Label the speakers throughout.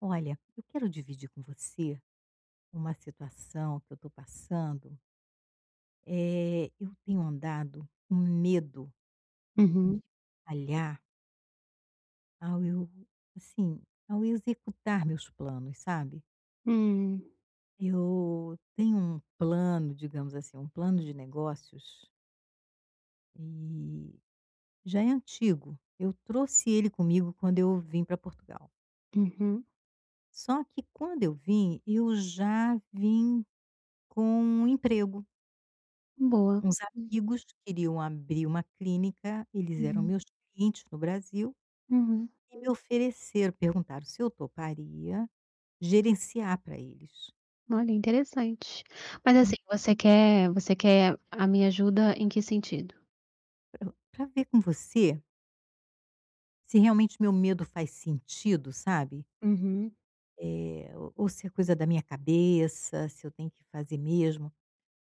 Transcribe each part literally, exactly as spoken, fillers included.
Speaker 1: Olha, eu quero dividir com você uma situação que eu estou passando. Eh, eu tenho andado com medo de
Speaker 2: Uhum.
Speaker 1: falhar ao eu, assim, ao executar meus planos, sabe?
Speaker 2: Hum.
Speaker 1: Eu tenho um plano, digamos assim, um plano de negócios e já é antigo. Eu trouxe ele comigo quando eu vim para Portugal.
Speaker 2: Uhum.
Speaker 1: Só que quando eu vim, eu já vim com um emprego.
Speaker 2: Boa.
Speaker 1: Uns amigos queriam abrir uma clínica, eles eram
Speaker 2: Uhum.
Speaker 1: meus clientes no Brasil,
Speaker 2: Uhum.
Speaker 1: e me ofereceram, perguntaram se eu toparia gerenciar para eles.
Speaker 2: Olha, interessante. Mas, assim, você quer você quer a minha ajuda em que sentido?
Speaker 1: Para ver com você se realmente meu medo faz sentido, sabe,
Speaker 2: Uhum.
Speaker 1: eh, ou ou se é coisa da minha cabeça, se eu tenho que fazer mesmo.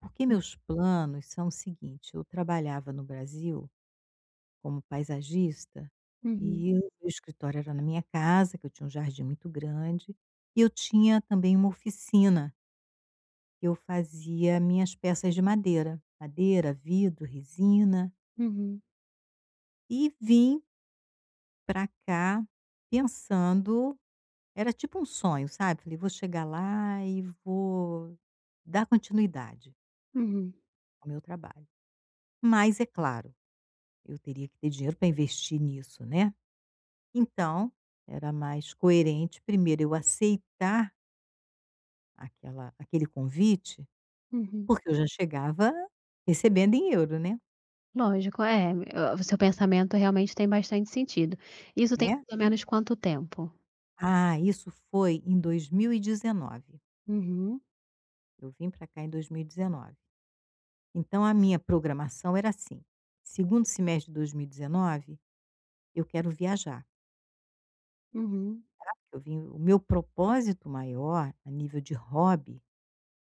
Speaker 1: Porque meus planos são o seguinte, eu trabalhava no Brasil como paisagista,
Speaker 2: Uhum.
Speaker 1: e o meu escritório era na minha casa, que eu tinha um jardim muito grande, e eu tinha também uma oficina, que eu fazia minhas peças de madeira, madeira, vidro, resina,
Speaker 2: Uhum.
Speaker 1: e vim para cá pensando, era tipo um sonho, sabe, falei: "Vou chegar lá e vou dar continuidade
Speaker 2: Uhum.
Speaker 1: ao meu trabalho". Mas é claro, eu teria que ter dinheiro para investir nisso, né. Então, era mais coerente primeiro eu aceitar aquela aquele convite,
Speaker 2: Uhum.
Speaker 1: porque eu já chegava recebendo em euro, né,
Speaker 2: Lógico, é, o o seu pensamento realmente tem bastante sentido. Isso tem
Speaker 1: né.
Speaker 2: mais ou menos quanto tempo?
Speaker 1: Ah, isso foi em dois mil e dezenove,
Speaker 2: Uhum.
Speaker 1: eu vim para cá em dois mil e dezenove. Então a minha programação era assim: segundo semestre de dois mil e dezenove, eu quero viajar,
Speaker 2: Uhum.
Speaker 1: eu vim o meu propósito maior, a nível de hobby,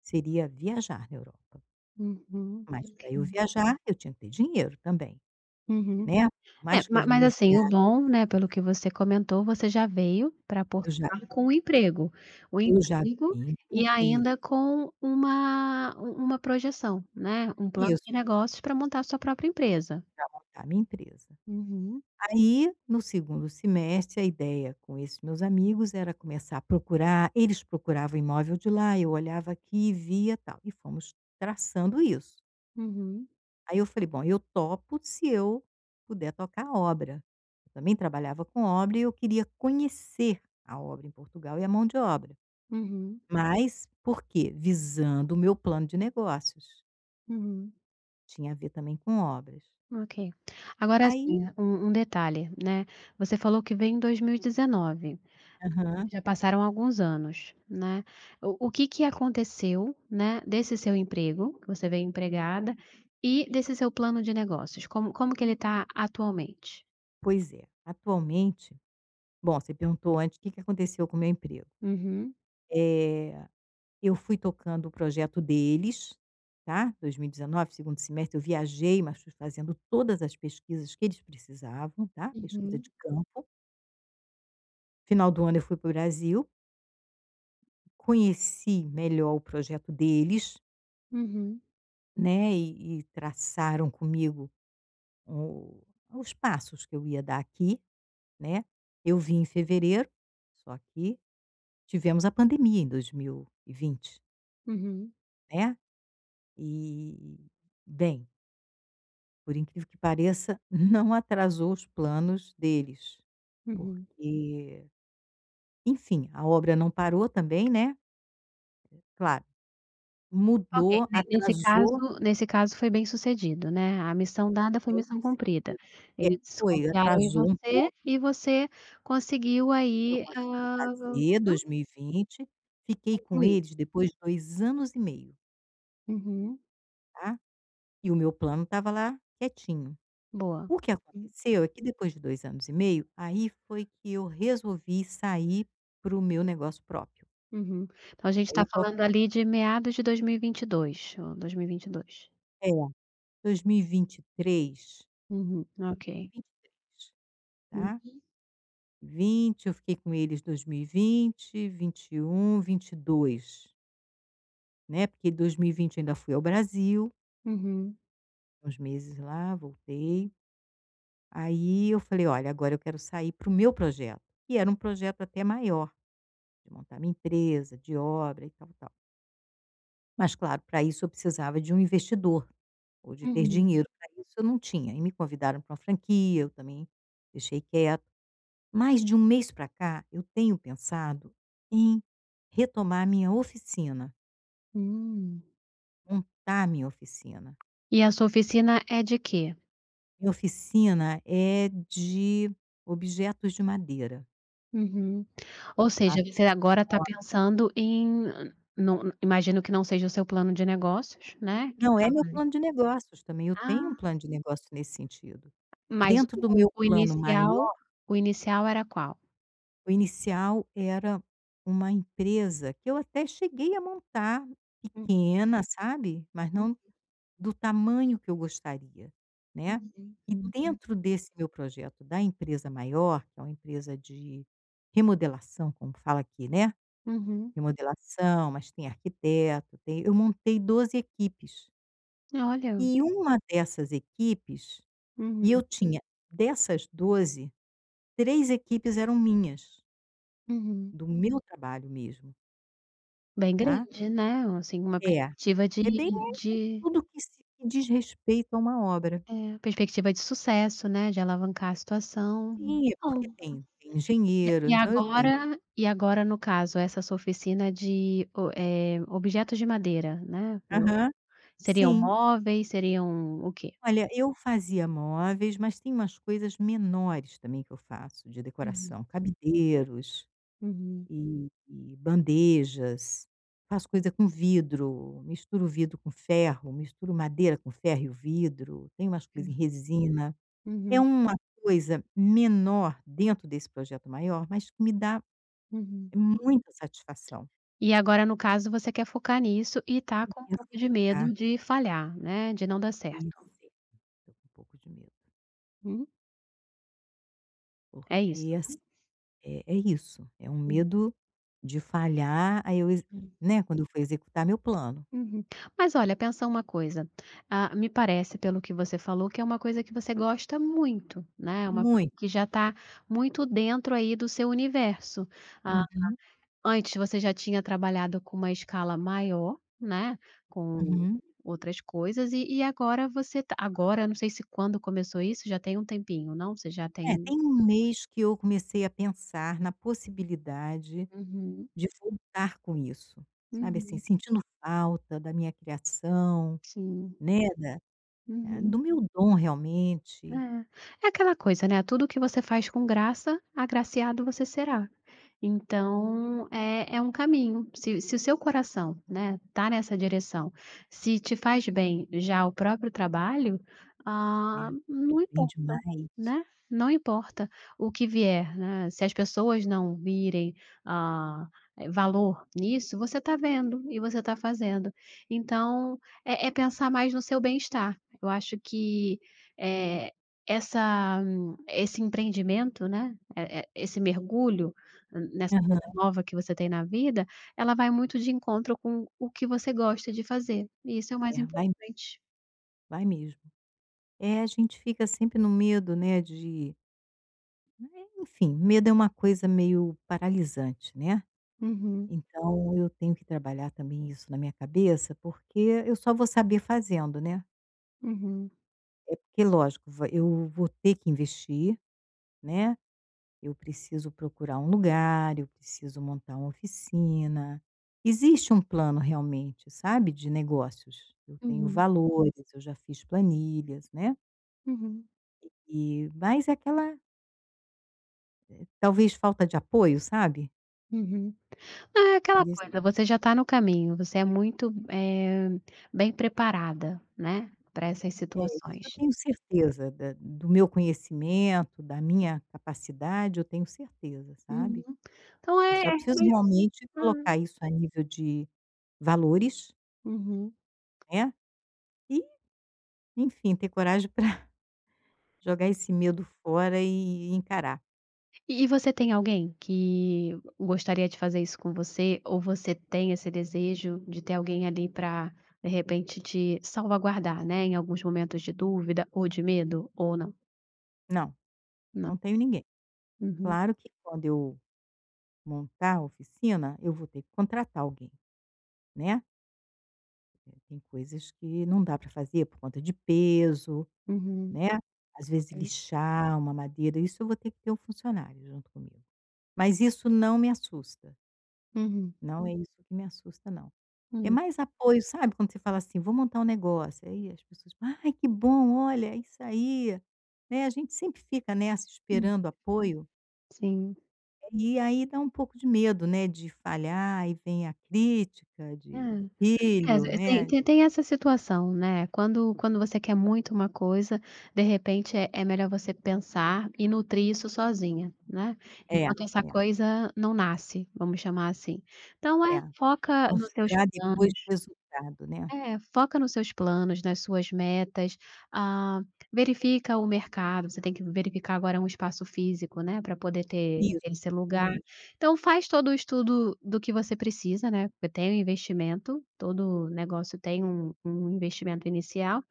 Speaker 1: seria viajar na Europa,
Speaker 2: Uhum.
Speaker 1: mas
Speaker 2: Ok.
Speaker 1: para eu viajar, eu tinha que ter dinheiro também.
Speaker 2: Uhum.
Speaker 1: Né, por
Speaker 2: É,
Speaker 1: mais que
Speaker 2: ma
Speaker 1: as
Speaker 2: mas
Speaker 1: minhas
Speaker 2: assim, o
Speaker 1: viagens
Speaker 2: bom, né, pelo que você comentou, você já veio pra
Speaker 1: eu já
Speaker 2: Portugal com um emprego. O
Speaker 1: eu já
Speaker 2: emprego
Speaker 1: vim com
Speaker 2: e
Speaker 1: isso,
Speaker 2: ainda com uma u uma projeção, né, um plano
Speaker 1: isso,
Speaker 2: de negócios para montar sua própria empresa.
Speaker 1: para montar minha empresa.
Speaker 2: Uhum,
Speaker 1: Aí, no segundo semestre, a ideia com esses meus amigos era começar a procurar eles procuravam imóvel de lá, eu olhava aqui e via, tal, e fomos traçando isso.
Speaker 2: uhum,
Speaker 1: Aí eu falei: "Bom, eu topo se eu puder tocar a obra". Eu também trabalhava com obra e eu queria conhecer a obra em Portugal e a mão de obra,
Speaker 2: uhum,
Speaker 1: mas por quê? Visando o meu plano de negócios.
Speaker 2: uhum.
Speaker 1: Tinha a ver também com obras.
Speaker 2: Ok. Agora
Speaker 1: Aí.
Speaker 2: assim, um um detalhe, né, você falou que veio em dois mil e dezenove.
Speaker 1: Hum. Aham,
Speaker 2: Já passaram alguns anos, né. O o que que aconteceu, né, desse seu emprego, que você veio empregada, e desse seu plano de negócios? Como como que ele está atualmente?
Speaker 1: pois é. Atualmente, bom, você perguntou antes o que que aconteceu com o meu emprego.
Speaker 2: Uhum,
Speaker 1: Eh, eu fui tocando o projeto deles, tá, dois mil e dois segundo semestre, eu viajei, mas fui fazendo todas as pesquisas que eles precisavam, tá, pesquisa
Speaker 2: uhum,
Speaker 1: de campo. Final do ano eu fui para o Brasil, conheci melhor o projeto deles,
Speaker 2: uhum,
Speaker 1: né, e e traçaram comigo o os passos que eu ia dar aqui. Né. Eu vim em fevereiro, só que tivemos a pandemia em dois mil e vinte,
Speaker 2: uhum,
Speaker 1: né. E, bem, por incrível que pareça, não atrasou os planos deles,
Speaker 2: uhum.
Speaker 1: porque, enfim, a obra não parou também, né. Claro,
Speaker 2: Ok,
Speaker 1: mudou,
Speaker 2: ne nesse
Speaker 1: atrasou
Speaker 2: caso nesse caso foi bem-sucedido, né, a missão
Speaker 1: e
Speaker 2: dada
Speaker 1: foi
Speaker 2: foi missão cumprida.
Speaker 1: bem-sucedido. É,
Speaker 2: Eles
Speaker 1: foi,
Speaker 2: confiaram em
Speaker 1: atrasou um
Speaker 2: você
Speaker 1: pouco,
Speaker 2: e você conseguiu
Speaker 1: eu
Speaker 2: aí,
Speaker 1: consegui
Speaker 2: hã,
Speaker 1: fazer dois mil e vinte, fiquei com
Speaker 2: concluir.
Speaker 1: eles depois de dois anos e meio,
Speaker 2: Uhum,
Speaker 1: tá. E o meu plano estava lá quietinho.
Speaker 2: boa.
Speaker 1: O que aconteceu é que depois de dois anos e meio, aí foi que eu resolvi sair para o meu negócio próprio.
Speaker 2: Uhum. Então a gente
Speaker 1: Pra
Speaker 2: está
Speaker 1: eu toco
Speaker 2: falando ali de meados de dois mil e vinte e dois ou dois mil e vinte e dois.
Speaker 1: é, dois mil e vinte e três,
Speaker 2: Uhum, ok.
Speaker 1: dois mil e vinte e três, tá,
Speaker 2: Uhum,
Speaker 1: vinte, eu fiquei com eles dois mil e vinte, vinte e um, vinte e dois, né, porque dois mil e vinte eu ainda fui ao Brasil,
Speaker 2: uhum,
Speaker 1: uns meses lá, voltei. Aí eu falei: "Olha, agora eu quero sair para o meu projeto", que era um projeto até maior. De montar minha empresa, de obra e tal, tal. Mas claro, para isso eu precisava de um investidor, ou de ter
Speaker 2: uhum,
Speaker 1: dinheiro, para isso eu não tinha. E me convidaram para uma franquia, eu também deixei quieto. Mas de um mês para cá, eu tenho pensado em retomar minha oficina,
Speaker 2: hum.
Speaker 1: montar minha oficina.
Speaker 2: E a sua oficina é de quê?
Speaker 1: Minha oficina é de objetos de madeira.
Speaker 2: Uhum. Ou seja,
Speaker 1: Faço
Speaker 2: você agora está pensando em não imagino que não seja o seu plano de negócios, né, que
Speaker 1: não, é
Speaker 2: estava
Speaker 1: meu
Speaker 2: ali.
Speaker 1: plano de negócios também, eu tenho um
Speaker 2: Ah,
Speaker 1: plano de negócio nesse sentido.
Speaker 2: mas
Speaker 1: Dentro do
Speaker 2: o
Speaker 1: meu
Speaker 2: o
Speaker 1: plano
Speaker 2: inicial
Speaker 1: maior.
Speaker 2: o inicial era qual?
Speaker 1: O inicial era uma empresa que eu até cheguei a montar,
Speaker 2: Hum,
Speaker 1: pequena, sabe, mas
Speaker 2: hum,
Speaker 1: não do tamanho que eu gostaria, né.
Speaker 2: uhum,
Speaker 1: E
Speaker 2: uhum,
Speaker 1: dentro desse meu projeto da empresa maior, que é uma empresa de remodelação, como fala aqui, né,
Speaker 2: uhum.
Speaker 1: remodelação, mas tem arquiteto, tem eu montei doze equipes.
Speaker 2: Olha.
Speaker 1: E uma dessas equipes e
Speaker 2: Uhum,
Speaker 1: eu tinha dessas doze três equipes eram minhas,
Speaker 2: uhum.
Speaker 1: do meu trabalho mesmo,
Speaker 2: Bem
Speaker 1: tá.
Speaker 2: grande, né, assim, uma
Speaker 1: É,
Speaker 2: perspectiva
Speaker 1: é bem
Speaker 2: de de
Speaker 1: tudo que se que diz respeito a uma obra.
Speaker 2: é, perspectiva de sucesso, né, de alavancar a situação.
Speaker 1: Sim, é porque
Speaker 2: Bom,
Speaker 1: tem tem
Speaker 2: e
Speaker 1: engenheiro,
Speaker 2: e
Speaker 1: então eu
Speaker 2: agora
Speaker 1: tenho.
Speaker 2: e agora no caso, essa sua oficina de o eh, objetos de madeira, né, Eu-
Speaker 1: Aham,
Speaker 2: seriam
Speaker 1: sim.
Speaker 2: móveis, seriam o quê?
Speaker 1: Olha, eu fazia móveis, mas tem umas coisas menores também que eu faço de
Speaker 2: Uhum,
Speaker 1: decoração, cabideiros
Speaker 2: uhum,
Speaker 1: e e bandejas, faço coisa com vidro, misturo vidro com ferro, misturo madeira com ferro e o vidro, tem umas coisas em resina. É
Speaker 2: uhum,
Speaker 1: uma coisa menor dentro desse projeto maior, mas que me dá
Speaker 2: uhum.
Speaker 1: é muita satisfação.
Speaker 2: E agora no caso você quer focar nisso e tá
Speaker 1: Eu
Speaker 2: com um
Speaker 1: penso
Speaker 2: pouco de
Speaker 1: focar
Speaker 2: medo de falhar, né, de não dar
Speaker 1: Pois
Speaker 2: certo.
Speaker 1: é, tô com um pouco de medo,
Speaker 2: Hum, é isso,
Speaker 1: porque assim,
Speaker 2: né?
Speaker 1: é é isso, é um
Speaker 2: Hum,
Speaker 1: medo de falhar, aí eu ex
Speaker 2: hum.
Speaker 1: né, quando eu for executar meu plano.
Speaker 2: Uhum. Mas olha, pensa uma coisa, ah, me parece pelo que você falou que é uma coisa que você gosta muito, né, é uma coisa
Speaker 1: Muito.
Speaker 2: que já está muito dentro aí do seu universo. Ah,
Speaker 1: Uhum,
Speaker 2: antes você já tinha trabalhado com uma escala maior, né, com
Speaker 1: uhum.
Speaker 2: outras coisas e e agora você tá agora, eu não sei se quando começou isso, já tem um tempinho, não? Você já
Speaker 1: É,
Speaker 2: tem
Speaker 1: tem um mês que eu comecei a pensar na possibilidade
Speaker 2: Uhum,
Speaker 1: de voltar com isso, sabe, assim,
Speaker 2: uhum,
Speaker 1: sentindo falta da minha criação,
Speaker 2: sim,
Speaker 1: né, da eh,
Speaker 2: uhum.
Speaker 1: do meu dom realmente.
Speaker 2: É. É aquela coisa, né, tudo que você faz com graça, agraciado você será. Então, é é um caminho. Se se o seu coração, né, tá nessa direção, se te faz bem já o próprio trabalho,
Speaker 1: É,
Speaker 2: ah, não
Speaker 1: bem
Speaker 2: importa.
Speaker 1: demais.
Speaker 2: Né, não importa o que vier, né, se as pessoas não virem, ah, eh, valor nisso, você está vendo e você está fazendo. Então, é é pensar mais no seu bem-estar. Eu acho que, eh, essa hum, esse empreendimento, né, eh eh, esse mergulho hum, nessa coisa
Speaker 1: Aham.
Speaker 2: nova que você tem na vida, ela vai muito de encontro com o que você gosta de fazer, e isso é o mais
Speaker 1: É, vai
Speaker 2: importante.
Speaker 1: vai mesmo. É, a gente fica sempre no medo, né, de, enfim, medo é uma coisa meio paralisante, né.
Speaker 2: Uhum,
Speaker 1: Então eu tenho que trabalhar também isso na minha cabeça, porque eu só vou saber fazendo, né.
Speaker 2: uhum,
Speaker 1: É porque lógico, va eu vou ter que investir, né, eu preciso procurar um lugar, eu preciso montar uma oficina. Existe um plano realmente, sabe, de negócios. Eu tenho
Speaker 2: Uhum.
Speaker 1: valores, eu já fiz planilhas, né,
Speaker 2: uhum,
Speaker 1: e mas é aquela, talvez falta de apoio, sabe?
Speaker 2: uhum. Ah, é aquela
Speaker 1: Isso
Speaker 2: coisa, você já está no caminho, você é muito, eh, bem preparada, né, para essas
Speaker 1: é, isso eu
Speaker 2: situações.
Speaker 1: tenho certeza da do meu conhecimento, da minha capacidade, eu tenho certeza, sabe?
Speaker 2: Uhum. Então
Speaker 1: Eu
Speaker 2: é
Speaker 1: só
Speaker 2: é
Speaker 1: preciso
Speaker 2: realmente
Speaker 1: realmente
Speaker 2: hum,
Speaker 1: colocar isso a nível de valores,
Speaker 2: uhum.
Speaker 1: né, e, enfim, ter coragem para jogar esse medo fora e encarar.
Speaker 2: E e você tem alguém que gostaria de fazer isso com você, ou você tem esse desejo de ter alguém ali para de repente, te salvaguardar, né, em alguns momentos de dúvida ou de medo, ou não?
Speaker 1: Não,
Speaker 2: Não.
Speaker 1: não tenho ninguém.
Speaker 2: Uhum,
Speaker 1: Claro que quando eu montar a oficina, eu vou ter que contratar alguém, né. Eh, Tem coisas que não dá para fazer por conta de peso,
Speaker 2: uhum.
Speaker 1: né, às vezes
Speaker 2: Sim.
Speaker 1: lixar uma madeira, isso eu vou ter que ter um funcionário junto comigo. Mas isso não me assusta,
Speaker 2: Uhum.
Speaker 1: não é isso que me assusta não. É
Speaker 2: Hum,
Speaker 1: mais apoio, sabe, quando você fala assim: "Vou montar um negócio", aí as pessoas falam, "Ai, que bom, olha, é isso aí", né, a gente sempre fica nessa
Speaker 2: hum.
Speaker 1: esperando apoio,
Speaker 2: Sim.
Speaker 1: e aí dá um pouco de medo, né, de falhar, e vem a crítica
Speaker 2: É.
Speaker 1: de
Speaker 2: É,
Speaker 1: filho,
Speaker 2: é, tem
Speaker 1: né.
Speaker 2: tem tem essa situação, né, quando quando você quer muito uma coisa, de repente é é melhor você pensar e nutrir isso sozinha, né,
Speaker 1: É, é,
Speaker 2: enquanto essa coisa não nasce, vamos chamar assim. Então é,
Speaker 1: é.
Speaker 2: foca nos seus
Speaker 1: Mostrar depois
Speaker 2: planos
Speaker 1: o resultado, né.
Speaker 2: é, foca nos seus planos, nas suas metas, ah, verifica o mercado, você tem que verificar agora um espaço físico, né, para poder ter ter
Speaker 1: Isso,
Speaker 2: esse lugar.
Speaker 1: tenho
Speaker 2: Então faz todo o estudo do que você precisa, né, porque tem um investimento, todo negócio tem um um investimento inicial.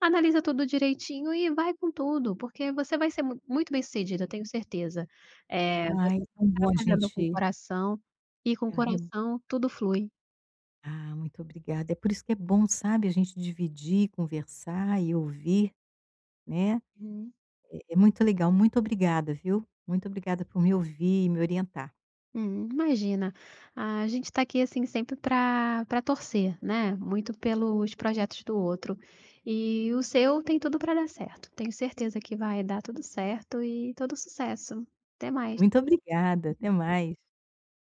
Speaker 2: Analisa tudo direitinho e vai com tudo, porque você vai ser mu muito bem-sucedida, eu tenho certeza. É você
Speaker 1: Ai, tão
Speaker 2: tá
Speaker 1: bom a
Speaker 2: fazendo com o
Speaker 1: gente
Speaker 2: coração, e com o
Speaker 1: arre
Speaker 2: coração tudo flui.
Speaker 1: ah, muito obrigada. É por isso que é bom, sabe, a gente dividir, conversar e ouvir, né.
Speaker 2: Uhum.
Speaker 1: É é muito legal. Muito obrigada, viu. Muito obrigada por me ouvir e me orientar.
Speaker 2: Hum, imagina, a gente está aqui, assim, sempre para para torcer, né, muito pelos projetos do outro, e o seu tem tudo para dar certo. Tenho certeza que vai dar tudo certo e todo sucesso. Até mais.
Speaker 1: Muito obrigada. Até mais.